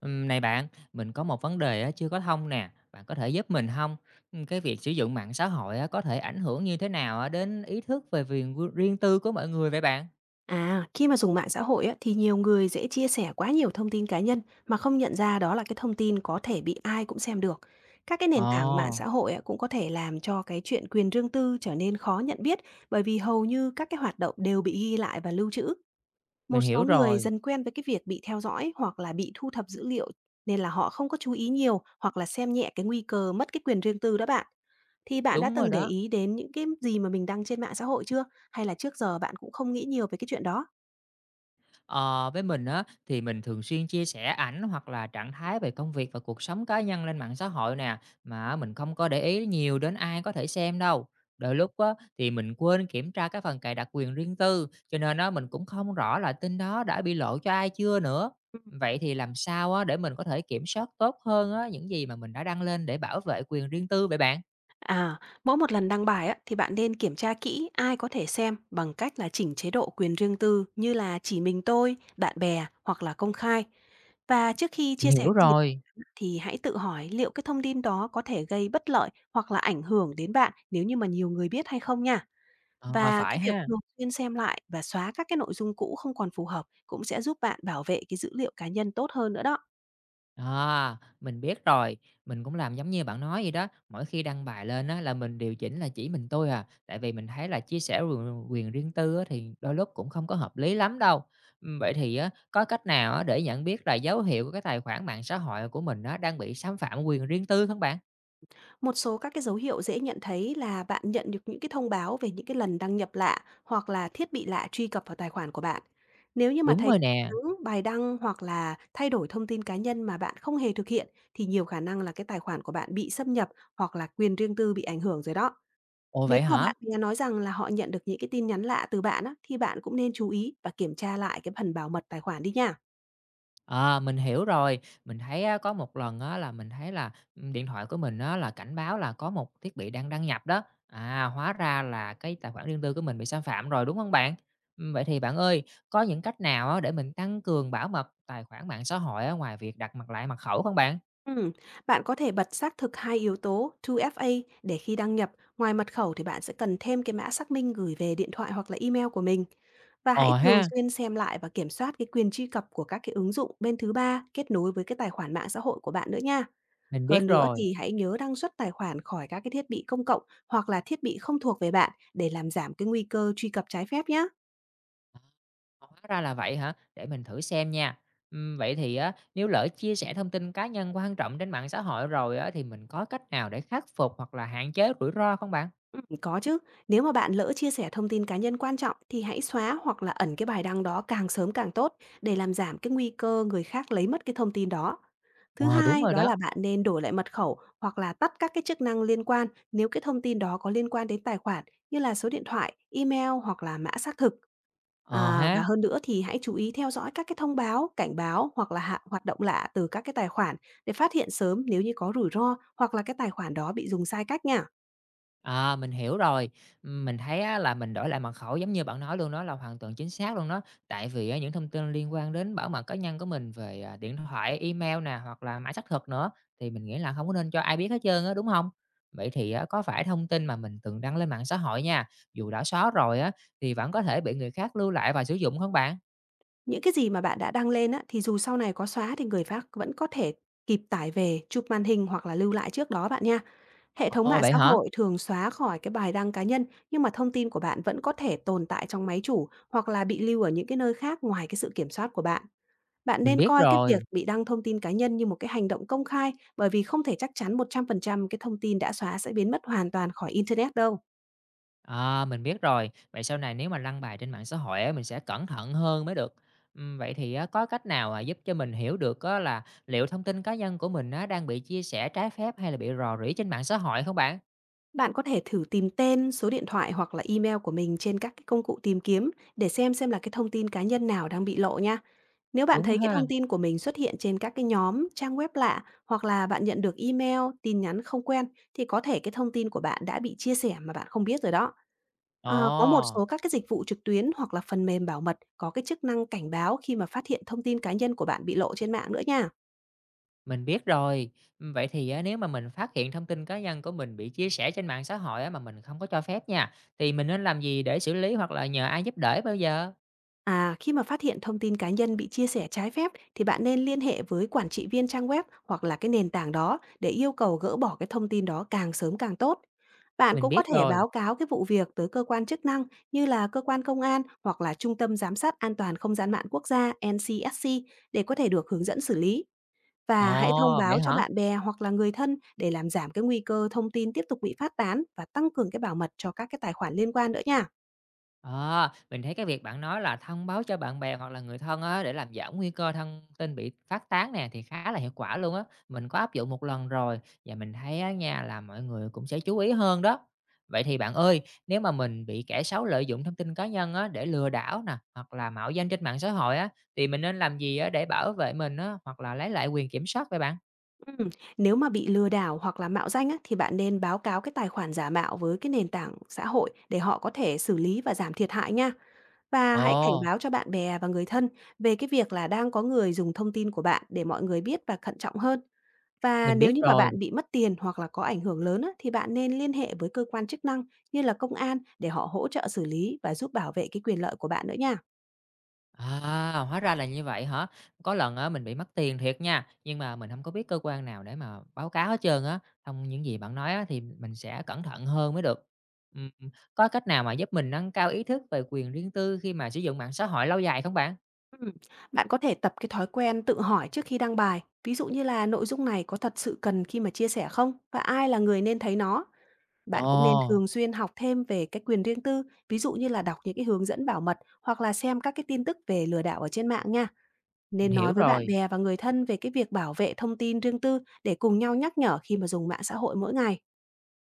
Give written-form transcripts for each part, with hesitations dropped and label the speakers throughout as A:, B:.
A: Này bạn, mình có một vấn đề á, chưa có thông nè, bạn có thể giúp mình không? Cái việc sử dụng mạng xã hội á, có thể ảnh hưởng như thế nào á, đến ý thức về quyền riêng tư của mọi người vậy bạn?
B: À, khi mà dùng mạng xã hội á, thì nhiều người dễ chia sẻ quá nhiều thông tin cá nhân mà không nhận ra đó là cái thông tin có thể bị ai cũng xem được. Các cái nền tảng mạng
A: Ồ,
B: xã hội á, cũng có thể làm cho cái chuyện quyền riêng tư trở nên khó nhận biết bởi vì hầu như các cái hoạt động đều bị ghi lại và lưu trữ. Một
A: mình hiểu
B: số người
A: rồi,
B: dần quen với cái việc bị theo dõi hoặc là bị thu thập dữ liệu nên là họ không có chú ý nhiều hoặc là xem nhẹ cái nguy cơ mất cái quyền riêng tư đó bạn. Thì bạn đã
A: đúng rồi
B: từng để
A: đó.
B: ý đến những cái gì mà mình đăng trên mạng xã hội chưa? Hay là trước giờ bạn cũng không nghĩ nhiều về cái chuyện đó?
A: Ờ, với mình á thì mình thường xuyên chia sẻ ảnh hoặc là trạng thái về công việc và cuộc sống cá nhân lên mạng xã hội nè, mà mình không có để ý nhiều đến ai có thể xem đâu. Đôi lúc á thì mình quên kiểm tra cái phần cài đặt quyền riêng tư, cho nên á mình cũng không rõ là tin đó đã bị lộ cho ai chưa nữa.
B: Ừm.
A: Vậy thì làm sao á để mình có thể kiểm soát tốt hơn á những gì mà mình đã đăng lên để bảo vệ quyền riêng tư vậy bạn?
B: À, mỗi một lần đăng bài á, thì bạn nên kiểm tra kỹ ai có thể xem bằng cách là chỉnh chế độ quyền riêng tư như là chỉ mình tôi, bạn bè hoặc là công khai. Và trước khi chia
A: Mình
B: sẻ
A: hiểu
B: cái gì
A: rồi.
B: thì hãy tự hỏi liệu cái thông tin đó có thể gây bất lợi hoặc là ảnh hưởng đến bạn nếu như mà nhiều người biết hay không nha.
A: Ờ,
B: Và
A: phải
B: cái việc
A: ha.
B: thường xuyên xem lại và xóa các cái nội dung cũ không còn phù hợp cũng sẽ giúp bạn bảo vệ cái dữ liệu cá nhân tốt hơn nữa đó.
A: À, mình biết rồi, mình cũng làm giống như bạn nói vậy đó, mỗi khi đăng bài lên á là mình điều chỉnh là chỉ mình tôi à, tại vì mình thấy là chia sẻ quyền quyền riêng tư á thì đôi lúc cũng không có hợp lý lắm đâu. Vậy thì á có cách nào á để nhận biết là dấu hiệu của cái tài khoản mạng xã hội của mình á đang bị xâm phạm quyền riêng tư không bạn?
B: Một số các cái dấu hiệu dễ nhận thấy là bạn nhận được những cái thông báo về những cái lần đăng nhập lạ hoặc là thiết bị lạ truy cập vào tài khoản của bạn. Nếu như mà
A: Đúng
B: thấy
A: rồi nè.
B: trắng bài đăng hoặc là thay đổi thông tin cá nhân mà bạn không hề thực hiện thì nhiều khả năng là cái tài khoản của bạn bị xâm nhập hoặc là quyền riêng tư bị ảnh hưởng rồi đó.
A: Ồ
B: Nếu
A: vậy
B: mà
A: hả?
B: bạn nghe nói rằng là họ nhận được những cái tin nhắn lạ từ bạn á, thì bạn cũng nên chú ý và kiểm tra lại cái phần bảo mật tài khoản đi nha.
A: À, mình hiểu rồi. Mình thấy á, có một lần á, là mình thấy là, điện thoại của mình á, là cảnh báo là có một thiết bị đang đăng nhập đó. À, hóa ra là cái tài khoản riêng tư của mình bị xâm phạm rồi, đúng không bạn? Vậy thì bạn ơi, có những cách nào á, để mình tăng cường bảo mật tài khoản mạng xã hội á, ngoài việc đặt mặt lại mật khẩu không bạn?
B: Ừm, bạn có thể bật xác thực 2 yếu tố 2FA để khi đăng nhập, ngoài mật khẩu thì bạn sẽ cần thêm cái mã xác minh gửi về điện thoại hoặc là email của mình. Và
A: Ồ
B: hãy thường
A: ha,
B: xuyên xem lại và kiểm soát cái quyền truy cập của các cái ứng dụng bên thứ ba kết nối với cái tài khoản mạng xã hội của bạn nữa nha.
A: mình biết
B: Hơn nữa
A: rồi.
B: thì hãy nhớ đăng xuất tài khoản khỏi các cái thiết bị công cộng hoặc là thiết bị không thuộc về bạn để làm giảm cái nguy cơ truy cập trái phép nhé.
A: À, hóa ra là vậy hả? Để mình thử xem nha. Vậy thì á, nếu lỡ chia sẻ thông tin cá nhân quan trọng trên mạng xã hội rồi á, thì mình có cách nào để khắc phục hoặc là hạn chế rủi ro không bạn?
B: Có chứ. Nếu mà bạn lỡ chia sẻ thông tin cá nhân quan trọng thì hãy xóa hoặc là ẩn cái bài đăng đó càng sớm càng tốt để làm giảm cái nguy cơ người khác lấy mất cái thông tin đó. Thứ
A: Ờ, đúng
B: hai,
A: rồi
B: đó
A: đó.
B: là bạn nên đổi lại mật khẩu hoặc là tắt các cái chức năng liên quan nếu cái thông tin đó có liên quan đến tài khoản như là số điện thoại, email hoặc là mã xác thực.
A: Ờ
B: À,
A: ha,
B: và hơn nữa thì hãy chú ý theo dõi các cái thông báo, cảnh báo hoặc là hạ hoạt động lạ từ các cái tài khoản để phát hiện sớm nếu như có rủi ro hoặc là cái tài khoản đó bị dùng sai cách nha.
A: à, mình hiểu rồi. Mình thấy á là mình đổi lại mật khẩu giống như bạn nói luôn đó là hoàn toàn chính xác luôn đó. Tại vì á những thông tin liên quan đến bảo mật cá nhân của mình về, à, điện thoại, email nè, hoặc là mã xác thực nữa, thì mình nghĩ là không có nên cho ai biết hết trơn á, đúng không? Vậy thì á có phải thông tin mà mình từng đăng lên mạng xã hội nha, dù đã xóa rồi á, thì vẫn có thể bị người khác lưu lại và sử dụng không bạn?
B: Những cái gì mà bạn đã đăng lên á, thì dù sau này có xóa thì người khác vẫn có thể kịp tải về, chụp màn hình hoặc là lưu lại trước đó bạn nha. Hệ thống
A: Ồ,
B: mạng
A: vậy
B: xã
A: hả?
B: hội thường xóa khỏi cái bài đăng cá nhân, nhưng mà thông tin của bạn vẫn có thể tồn tại trong máy chủ hoặc là bị lưu ở những cái nơi khác ngoài cái sự kiểm soát của bạn. Bạn
A: Mình
B: nên
A: biết
B: coi cái việc
A: rồi.
B: bị đăng thông tin cá nhân như một cái hành động công khai bởi vì không thể chắc chắn 100% cái thông tin đã xóa sẽ biến mất hoàn toàn khỏi internet đâu.
A: À, mình biết rồi. Vậy sau này nếu mà đăng bài trên mạng xã hội á, mình sẽ cẩn thận hơn mới được. Vậy thì á, có cách nào à, giúp cho mình hiểu được á, là liệu thông tin cá nhân của mình á, đang bị chia sẻ trái phép hay là bị rò rỉ trên mạng xã hội không bạn?
B: Bạn có thể thử tìm tên, số điện thoại hoặc là email của mình trên các cái công cụ tìm kiếm để xem là cái thông tin cá nhân nào đang bị lộ nha. Nếu bạn
A: Đúng
B: thấy cái thông
A: ha.
B: tin của mình xuất hiện trên các cái nhóm, trang web lạ hoặc là bạn nhận được email, tin nhắn không quen thì có thể cái thông tin của bạn đã bị chia sẻ mà bạn không biết rồi đó. À, có một
A: Ồ,
B: số các cái dịch vụ trực tuyến hoặc là phần mềm bảo mật có cái chức năng cảnh báo khi mà phát hiện thông tin cá nhân của bạn bị lộ trên mạng nữa nha.
A: mình biết rồi. Vậy thì á, nếu mà mình phát hiện thông tin cá nhân của mình bị chia sẻ trên mạng xã hội á, mà mình không có cho phép nha, thì mình nên làm gì để xử lý hoặc là nhờ ai giúp đỡ bây giờ?
B: À, khi mà phát hiện thông tin cá nhân bị chia sẻ trái phép thì bạn nên liên hệ với quản trị viên trang web hoặc là cái nền tảng đó để yêu cầu gỡ bỏ cái thông tin đó càng sớm càng tốt. Bạn
A: Mình
B: cũng có
A: biết
B: thể
A: rồi.
B: báo cáo cái vụ việc tới cơ quan chức năng như là cơ quan công an hoặc là Trung tâm Giám sát An toàn Không gian mạng quốc gia NCSC để có thể được hướng dẫn xử lý. Và hãy thông
A: Ồ, vậy
B: báo cho
A: hả?
B: bạn bè hoặc là người thân để làm giảm cái nguy cơ thông tin tiếp tục bị phát tán và tăng cường cái bảo mật cho các cái tài khoản liên quan nữa nha.
A: À, mình thấy cái việc bạn nói là thông báo cho bạn bè hoặc là người thân á, để làm giảm nguy cơ thông tin bị phát tán nè thì khá là hiệu quả luôn á. Mình có áp dụng một lần rồi và mình thấy á nha là mọi người cũng sẽ chú ý hơn đó. Vậy thì bạn ơi, nếu mà mình bị kẻ xấu lợi dụng thông tin cá nhân á, để lừa đảo nè hoặc là mạo danh trên mạng xã hội á, thì mình nên làm gì á, để bảo vệ mình á, hoặc là lấy lại quyền kiểm soát vậy bạn?
B: Ừm, nếu mà bị lừa đảo hoặc là mạo danh á, thì bạn nên báo cáo cái tài khoản giả mạo với cái nền tảng xã hội để họ có thể xử lý và giảm thiệt hại nha. Và hãy cảnh
A: Ồ,
B: báo cho bạn bè và người thân về cái việc là đang có người dùng thông tin của bạn để mọi người biết và thận trọng hơn. Và
A: mình biết
B: nếu như mà
A: rồi.
B: bạn bị mất tiền hoặc là có ảnh hưởng lớn á, thì bạn nên liên hệ với cơ quan chức năng như là công an để họ hỗ trợ xử lý và giúp bảo vệ cái quyền lợi của bạn nữa nha.
A: À, hóa ra là như vậy hả? Có lần á mình bị mất tiền thiệt nha, nhưng mà mình không có biết cơ quan nào để mà báo cáo hết trơn á. Thông những gì bạn nói á thì mình sẽ cẩn thận hơn mới được. Ừm, có cách nào mà giúp mình nâng cao ý thức về quyền riêng tư khi mà sử dụng mạng xã hội lâu dài không bạn?
B: Ừm, bạn có thể tập cái thói quen tự hỏi trước khi đăng bài, ví dụ như là nội dung này có thật sự cần khi mà chia sẻ không và ai là người nên thấy nó. Bạn cũng nên
A: Ồ,
B: thường xuyên học thêm về cái quyền riêng tư, ví dụ như là đọc những cái hướng dẫn bảo mật hoặc là xem các cái tin tức về lừa đảo ở trên mạng nha.
A: mình
B: Nên nói
A: hiểu
B: với bạn
A: rồi.
B: bè và người thân về cái việc bảo vệ thông tin riêng tư để cùng nhau nhắc nhở khi mà dùng mạng xã hội mỗi ngày.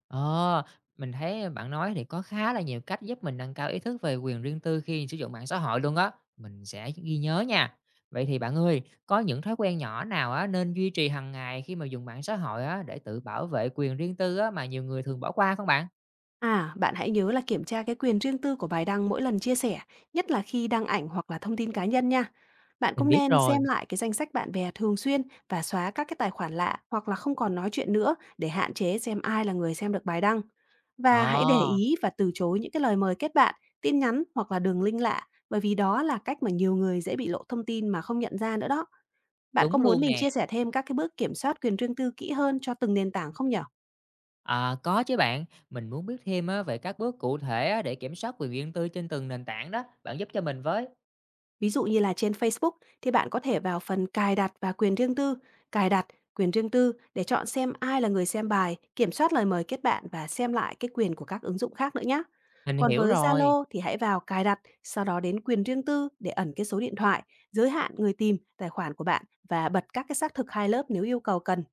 A: Ờ, mình thấy bạn nói thì có khá là nhiều cách giúp mình nâng cao ý thức về quyền riêng tư khi sử dụng mạng xã hội luôn á. Mình sẽ ghi nhớ nha. Vậy thì bạn ơi, có những thói quen nhỏ nào á nên duy trì hàng ngày khi mà dùng mạng xã hội á để tự bảo vệ quyền riêng tư á mà nhiều người thường bỏ qua không bạn?
B: À, bạn hãy nhớ là kiểm tra cái quyền riêng tư của bài đăng mỗi lần chia sẻ, nhất là khi đăng ảnh hoặc là thông tin cá nhân nha. Bạn
A: Mình
B: cũng
A: biết
B: nên xem
A: rồi.
B: lại cái danh sách bạn bè thường xuyên và xóa các cái tài khoản lạ hoặc là không còn nói chuyện nữa để hạn chế xem ai là người xem được bài đăng. Và hãy để
A: Ờ,
B: ý và từ chối những cái lời mời kết bạn, tin nhắn hoặc là đường link lạ, bởi vì đó là cách mà nhiều người dễ bị lộ thông tin mà không nhận ra nữa đó. Bạn có
A: đúng
B: muốn
A: luôn
B: mình
A: nè.
B: chia sẻ thêm các cái bước kiểm soát quyền riêng tư kỹ hơn cho từng nền tảng không nhở?
A: À, có chứ bạn, mình muốn biết thêm á, về các bước cụ thể á, để kiểm soát quyền riêng tư trên từng nền tảng đó, bạn giúp cho mình với.
B: Ví dụ như là trên Facebook thì bạn có thể vào phần cài đặt và quyền riêng tư, cài đặt quyền riêng tư để chọn xem ai là người xem bài, kiểm soát lời mời kết bạn và xem lại cái quyền của các ứng dụng khác nữa nhé.
A: Mình
B: Còn
A: hiểu
B: với
A: rồi.
B: Zalo thì hãy vào cài đặt, sau đó đến quyền riêng tư để ẩn cái số điện thoại, giới hạn người tìm, tài khoản của bạn và bật các cái xác thực 2 lớp nếu yêu cầu cần.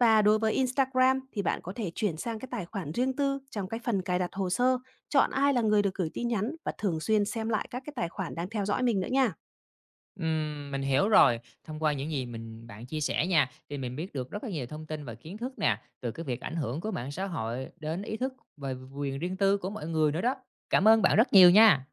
B: Và đối với Instagram thì bạn có thể chuyển sang cái tài khoản riêng tư trong cái phần cài đặt hồ sơ, chọn ai là người được gửi tin nhắn và thường xuyên xem lại các cái tài khoản đang theo dõi mình nữa nha.
A: Mình hiểu rồi. Thông qua những gì mình bạn chia sẻ nha, thì mình biết được rất là nhiều thông tin và kiến thức nè, từ cái việc ảnh hưởng của mạng xã hội đến ý thức về quyền riêng tư của mọi người nữa đó. Cảm ơn bạn rất nhiều nha.